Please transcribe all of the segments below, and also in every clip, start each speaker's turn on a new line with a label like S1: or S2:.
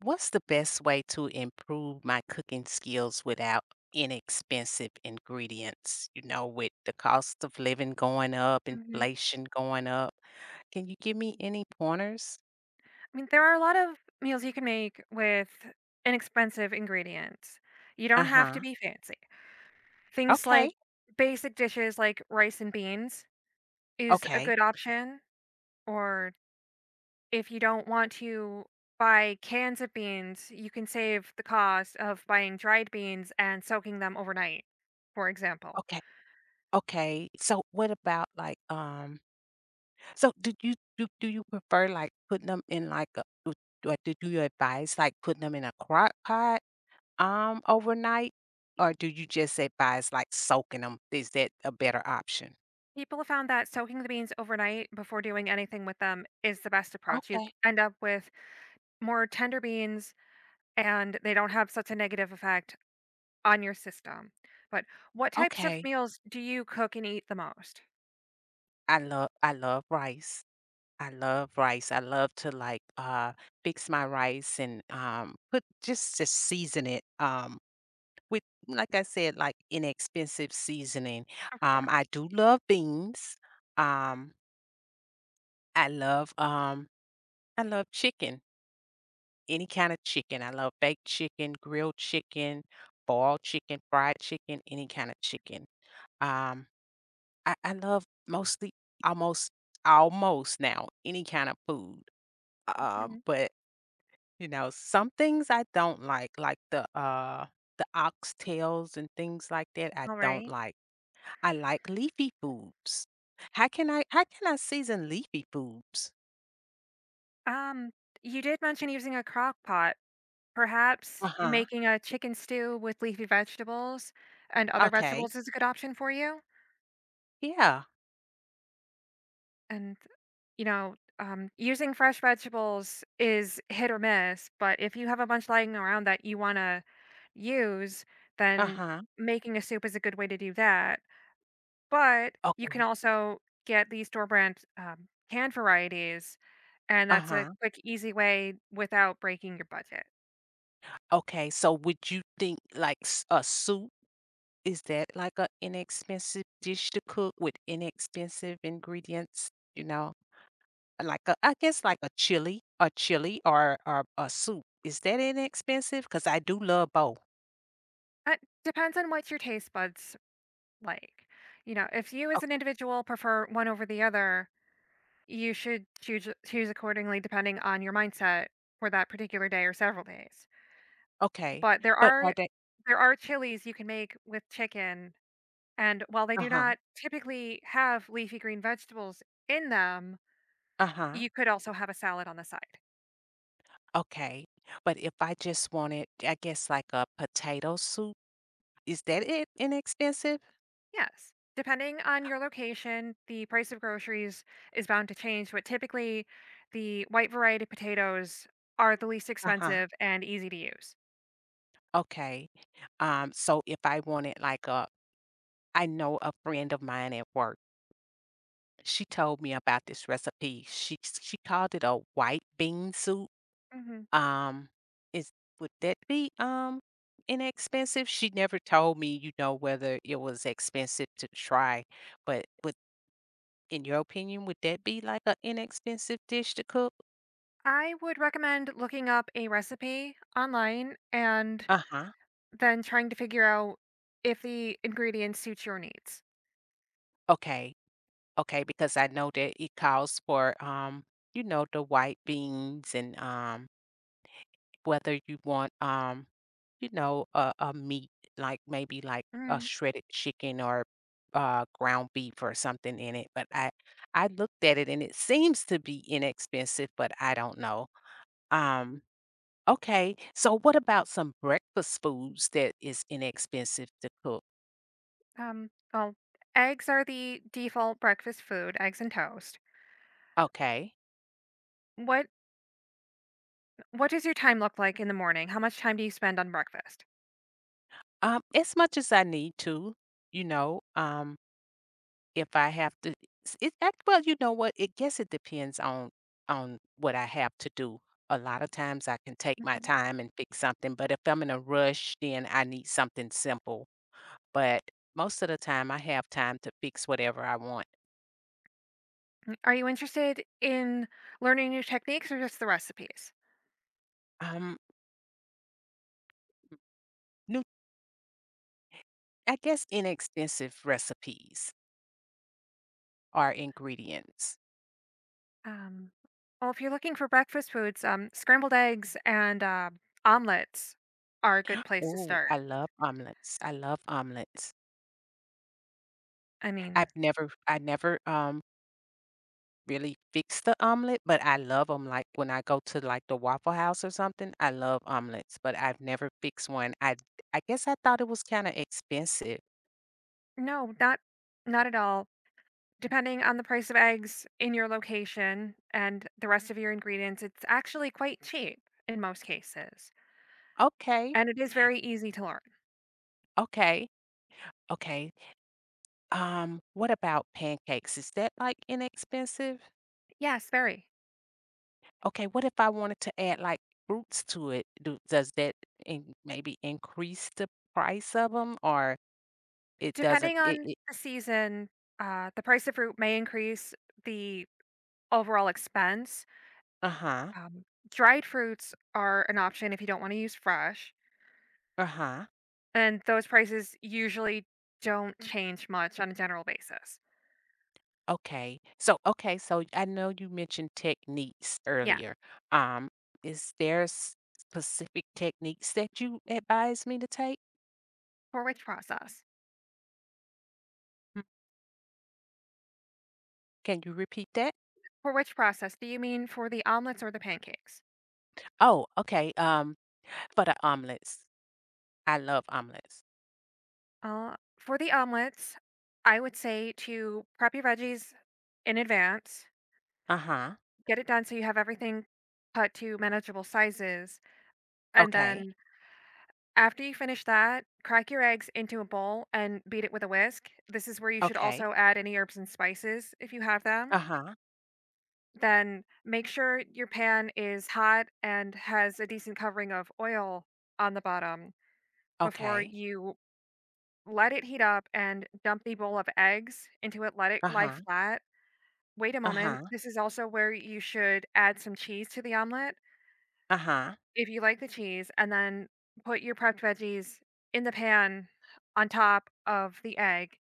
S1: What's the best way to improve my cooking skills without inexpensive ingredients? You know, with the cost of living going up,
S2: Mhm.
S1: inflation going up. Can you give me any pointers?
S2: I mean, there are a lot of meals you can make with inexpensive ingredients. You don't have to
S1: Uh-huh.
S2: be fancy. Things
S1: Okay.
S2: like basic dishes like rice and beans is a
S1: Okay.
S2: good option, or if you don't want to buy cans of beans, you can save the cost of buying dried beans and soaking them overnight, for example.
S1: Okay. Okay. So what about like so do you do you prefer like putting them in like a do you advise like putting them in a crock pot overnight? Or do you just advise like soaking them? Is that a better option?
S2: People have found that soaking the beans overnight before doing anything with them is the best approach. You
S1: Okay,
S2: end up with more tender beans and they don't have such a negative effect on your system. But what types of
S1: okay.
S2: meals do you cook and eat the most?
S1: I love rice. I love rice. I love to, like, fix my rice and, put just season it, with like I said, like, inexpensive seasoning.
S2: Of
S1: I
S2: course.
S1: do love beans. Um, I love, um I love chicken, any kind of chicken. I love baked chicken, grilled chicken, boiled chicken, fried chicken, any kind of chicken. Um I love mostly almost almost now, any kind of food,
S2: Mhm.
S1: but, you know, some things I don't like the oxtails and things like that, I
S2: All
S1: don't
S2: right.
S1: like. I like leafy foods. How can I season leafy foods?
S2: Um, you did mention using a crock pot. Perhaps
S1: Uh-huh.
S2: making a chicken stew with leafy vegetables and other
S1: Okay.
S2: vegetables is a good option for you,
S1: Yeah.
S2: and, you know, using fresh vegetables is hit or miss, but if you have a bunch lying around that you wanna use, then
S1: Uh-huh.
S2: making a soup is a good way to do that, but you can
S1: Okay.
S2: also get these store brand, canned varieties, and that's a
S1: Uh-huh.
S2: quick, easy way without breaking your budget.
S1: Okay, so would you think like s a soup? Is that like an inexpensive dish to cook with inexpensive ingredients? You know, like a I guess like a chili or a soup. Is that inexpensive? Cause I do love both.
S2: It depends on what your taste buds like, you know, if you
S1: O
S2: as an individual prefer one over the other, you should choose accordingly depending on your mindset for that particular day or several days.
S1: okay,
S2: But there
S1: but are
S2: are
S1: they?
S2: there are chilies you can make with chicken, and while they do
S1: Uh-huh,
S2: not typically have leafy green vegetables in them,
S1: uh-huh,
S2: you could also have a salad on the side.
S1: okay, but if I just wanted, I guess, like a potato soup, is that it inexpensive?
S2: Yes. Depending on your location, the price of groceries is bound to change, but typically the white variety potatoes are the least
S1: Uh-huh,
S2: expensive and easy to use.
S1: okay, so if I wanted like a I know a friend of mine at work. She told me about this recipe. She called it a white bean soup.
S2: Mhm.
S1: Um, is would that be inexpensive? She never told me, you know, whether it was expensive to try, but would in your opinion, would that be like an inexpensive dish to cook?
S2: I would recommend looking up a recipe online and
S1: Uh-huh.
S2: then trying to figure out if the ingredients suit your needs.
S1: Okay. Okay, because I know that it calls for you know, the white beans and whether you want, you know, a meat, like maybe like a
S2: Mm.
S1: shredded chicken or ground beef or something in it. I looked at it and it seems to be inexpensive, but I don't know. Um, okay. So what about some breakfast foods that is inexpensive to cook?
S2: Well, eggs are the default breakfast food, eggs and toast.
S1: Okay.
S2: What what does your time look like in the morning? How much time do you spend on breakfast?
S1: As much as I need to, you know, if I have to s it act well, you know what? It guess it depends on what I have to do. A lot of times, I can take my
S2: Mhm.
S1: time and fix something, but if I'm in a rush, then I need something simple. But most of the time, I have time to fix whatever I want.
S2: Are you interested in learning new techniques or just the recipes?
S1: Um, new I guess inexpensive recipes or ingredients.
S2: Um, well, if you're looking for breakfast foods, scrambled eggs and omelets are a good place to
S1: Oh, I
S2: start.
S1: love omelets. I love omelets.
S2: I mean,
S1: I never, really fix the omelet, but I love them. Like, when I go to, like, the Waffle House or something, I love omelets, but I've never fixed one. I guess I thought it was kinda expensive.
S2: no, not not at all. Depending on the price of eggs in your location and the rest of your ingredients, it's actually quite cheap in most cases,
S1: Okay,
S2: and it is very easy to learn.
S1: okay, okay. What about pancakes? Is that, like, inexpensive?
S2: Yes, very.
S1: Okay, what if I wanted to add, like, fruits to it? Do does that in maybe increase the price of them, or it doesn't
S2: Depending
S1: it
S2: on
S1: it
S2: the season, the price of fruit may increase the overall expense.
S1: Uh-huh,
S2: Um, Dried fruits are an option if you don't want to use fresh,
S1: uh-huh.
S2: and those prices usually don't change much on a general basis.
S1: Okay. So, okay, so I know you mentioned techniques
S2: Yeah,
S1: earlier. Um, is there specific techniques that you advise me to take?
S2: for which process?
S1: Mm, can you repeat that?
S2: For which process? Do you mean for the omelets or the pancakes?
S1: Oh, okay. For the omelets. I love omelets.
S2: For the omelets, I would say to prep your veggies in advance,
S1: Uh-huh.
S2: get it done so you have everything cut to manageable sizes. And
S1: Okay.
S2: then after you finish that, crack your eggs into a bowl and beat it with a whisk. This is where you should
S1: Okay.
S2: also add any herbs and spices if you have them.
S1: Uh-huh.
S2: Then make sure your pan is hot and has a decent covering of oil on the bottom before
S1: Okay.
S2: you let it heat up and dump the bowl of eggs into it, let it lie
S1: Uh-huh.
S2: flat. Wait a moment,
S1: Uh-huh.
S2: this is also where you should add some cheese to the omelet,
S1: Uh-huh.
S2: if you like the cheese, and then put your prepped veggies in the pan on top of the egg,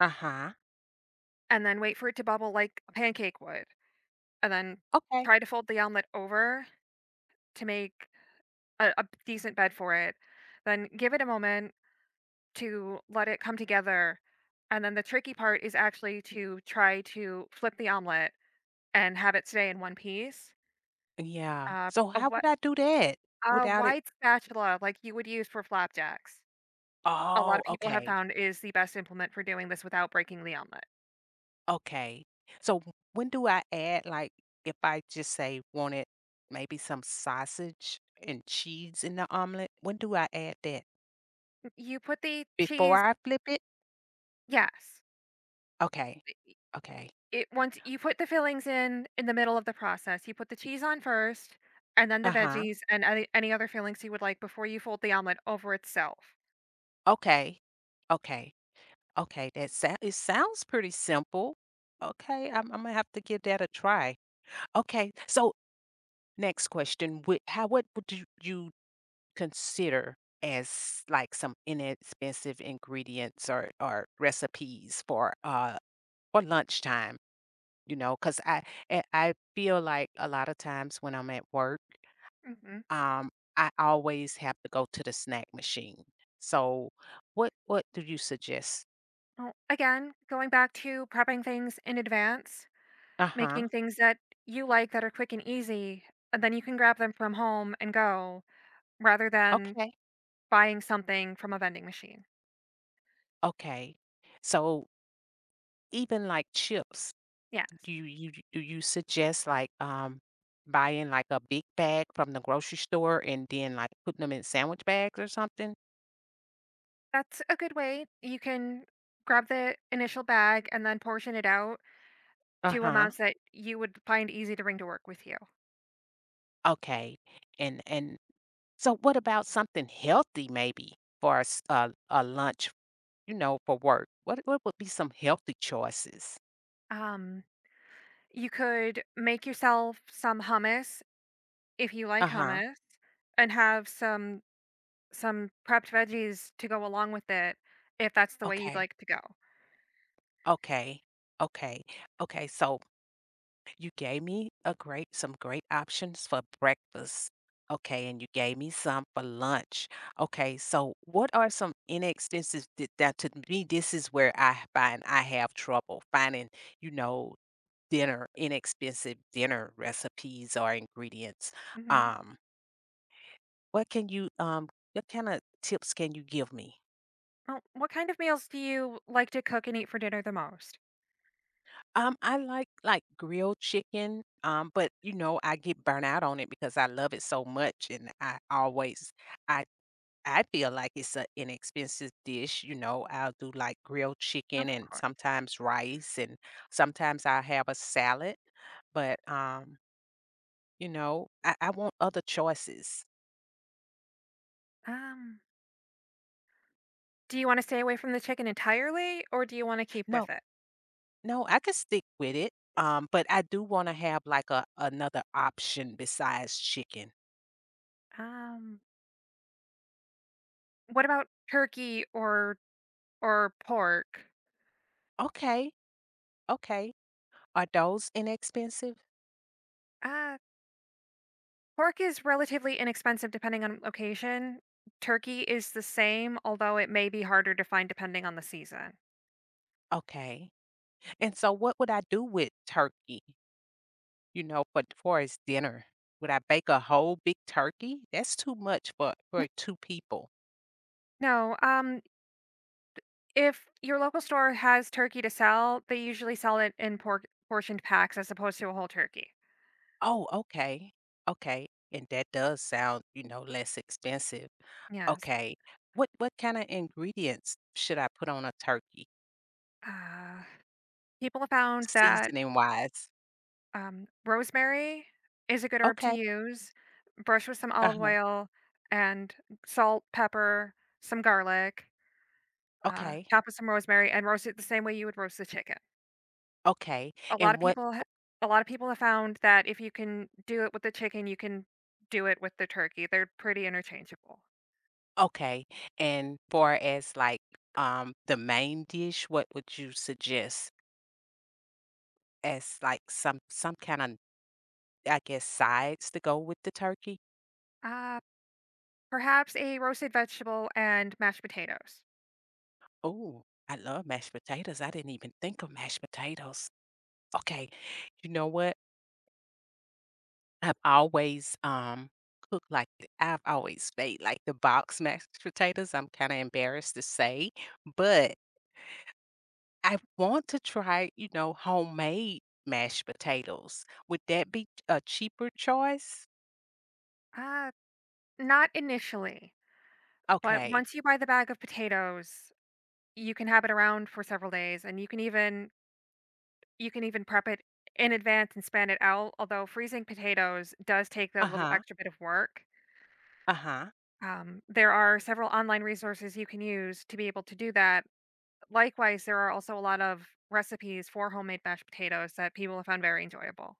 S1: Uh-huh.
S2: and then wait for it to bubble like a pancake would, and then
S1: Okay.
S2: try to fold the omelet over to make a decent bed for it. Then give it a moment to let it come together, and then the tricky part is actually to try to flip the omelet and have it stay in one piece.
S1: Yeah.
S2: Uh,
S1: So
S2: a
S1: how
S2: whi
S1: would I do that
S2: a
S1: without it?
S2: wide spatula like you would use for flapjacks. A lot
S1: Oh,
S2: of people have
S1: okay.
S2: found is the best implement for doing this without breaking the omelet.
S1: Okay. So when do I add, like, if I just say wanted maybe some sausage and cheese in the omelet, when do I add that?
S2: You put the cheese
S1: Before I flip it?
S2: yes.
S1: Okay.
S2: I
S1: Okay.
S2: it Once you put the fillings in the middle of the process. You put the cheese on first, and then the
S1: Uh-huh.
S2: veggies and any other fillings you would like before you fold the omelet over itself.
S1: Okay. Okay. Okay. That sound it sounds pretty simple. Okay, I'm Imma have to give that a try. Okay, so next question, would how what would you consider as like some inexpensive ingredients or recipes for lunchtime, you know, because I feel like a lot of times when I'm at work,
S2: Mhm.
S1: um, I always have to go to the snack machine. So what do you suggest?
S2: Well, again, going back to prepping things in advance,
S1: Uh-huh.
S2: making things that you like that are quick and easy, and then you can grab them from home and go rather than
S1: Okay.
S2: buying something from a vending machine.
S1: Okay. So even like chips.
S2: Yeah,
S1: Do you suggest, like, buying, like, a big bag from the grocery store and then, like, putting them in sandwich bags or something?
S2: that's a good way. You can grab the initial bag and then portion it out to
S1: Uh-huh,
S2: amounts that you would find easy to bring to work with you.
S1: okay, and so what about something healthy maybe for a lunch, you know, for work? What would be some healthy choices?
S2: Um, you could make yourself some hummus if you like
S1: Uh-huh,
S2: hummus and have some prepped veggies to go along with it, if that's the way you'd
S1: okay,
S2: like to go.
S1: okay, okay, okay, so you gave me a great some great options for breakfast. Okay, and you gave me some for lunch. Okay, so what are some inexpensive that to me this is where I find I have trouble finding, you know, dinner inexpensive dinner recipes or ingredients.
S2: Mhm.
S1: Um, what can you what kind of tips can you give me?
S2: Well, what kind of meals do you like to cook and eat for dinner the most?
S1: I like grilled chicken, but you know, I get burnt out on it because I love it so much and I always I I feel like it's an inexpensive dish, you know, I'll do, like, grilled chicken
S2: Of
S1: and
S2: course.
S1: sometimes rice, and sometimes I'll have a salad, but, you know, I want other choices.
S2: Um, do you wanna stay away from the chicken entirely, or do you wanna keep
S1: No,
S2: with it?
S1: no, I could stick with it, but I do wanna have, like, a another option besides chicken.
S2: Um, what about turkey or pork?
S1: Okay, okay. Are those inexpensive?
S2: Uh, Pork is relatively inexpensive depending on location. Turkey is the same, although it may be harder to find depending on the season.
S1: Okay, and so what would I do with turkey? You know, for as dinner, would I bake a whole big turkey? That's too much for 2 people.
S2: No, if your local store has turkey to sell, they usually sell it in portioned packs as opposed to a whole turkey.
S1: Oh, okay. Okay, and that does sound, you know, less expensive.
S2: Yes.
S1: Okay, what kinda ingredients should I put on a turkey,
S2: Uh, People have found that
S1: seasoning-wise?
S2: rosemary is a good herb to
S1: Okay,
S2: use. Brush with some olive
S1: uh-huh,
S2: oil and salt, pepper, some garlic.
S1: okay,
S2: Top with some rosemary and roast it the same way you would roast the chicken.
S1: okay,
S2: A lot
S1: and
S2: of
S1: what
S2: people, ha- a lot of people have found that if you can do it with the chicken, you can do it with the turkey. They're pretty interchangeable.
S1: okay, and far as, like, the main dish, what would you suggest as, like, some kinda I guess, sides to go with the turkey.
S2: Uh, Perhaps a roasted vegetable and mashed potatoes.
S1: Oh, I love mashed potatoes. I didn't even think of mashed potatoes. Okay, you know what? I've always, cooked like th I've always made, like, the box mashed potatoes, I'm kinda embarrassed to say, but I want to try, you know, homemade mashed potatoes. Would that be a cheaper choice?
S2: Uh, Not initially, but
S1: Okay.
S2: once you buy the bag of potatoes, you can have it around for several days and you can even prep it in advance and span it out, although freezing potatoes does take that little
S1: Uh-huh,
S2: extra bit of work.
S1: uh-huh.
S2: There are several online resources you can use to be able to do that. Likewise, there are also a lot of recipes for homemade mashed potatoes that people have found very enjoyable.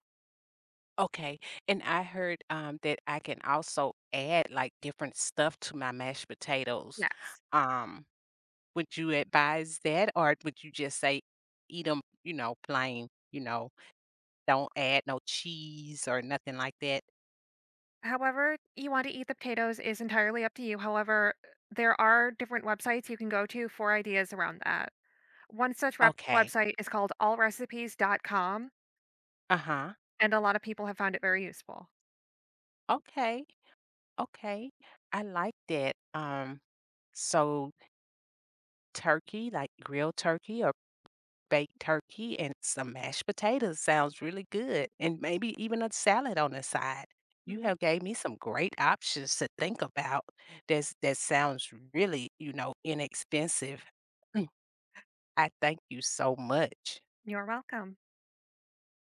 S1: Okay, and I heard, that I can also add, like, different stuff to my mashed potatoes.
S2: Yes.
S1: Um, would you advise that, or would you just say, eat them? You know, plain, you know, don't add no cheese or nothing like that?
S2: However you want to eat the potatoes is entirely up to you, however, there are different websites you can go to for ideas around that. One such rep
S1: Okay.
S2: website is called allrecipes.com,
S1: Uh-huh.
S2: and a lot of people have found it very useful.
S1: Okay, okay. I like that. So turkey, like grilled turkey or baked turkey and some mashed potatoes sounds really good, and maybe even a salad on the side. You
S2: Mhm.
S1: have gave me some great options to think about. That sounds really, you know, inexpensive. I thank you so much.
S2: You're welcome.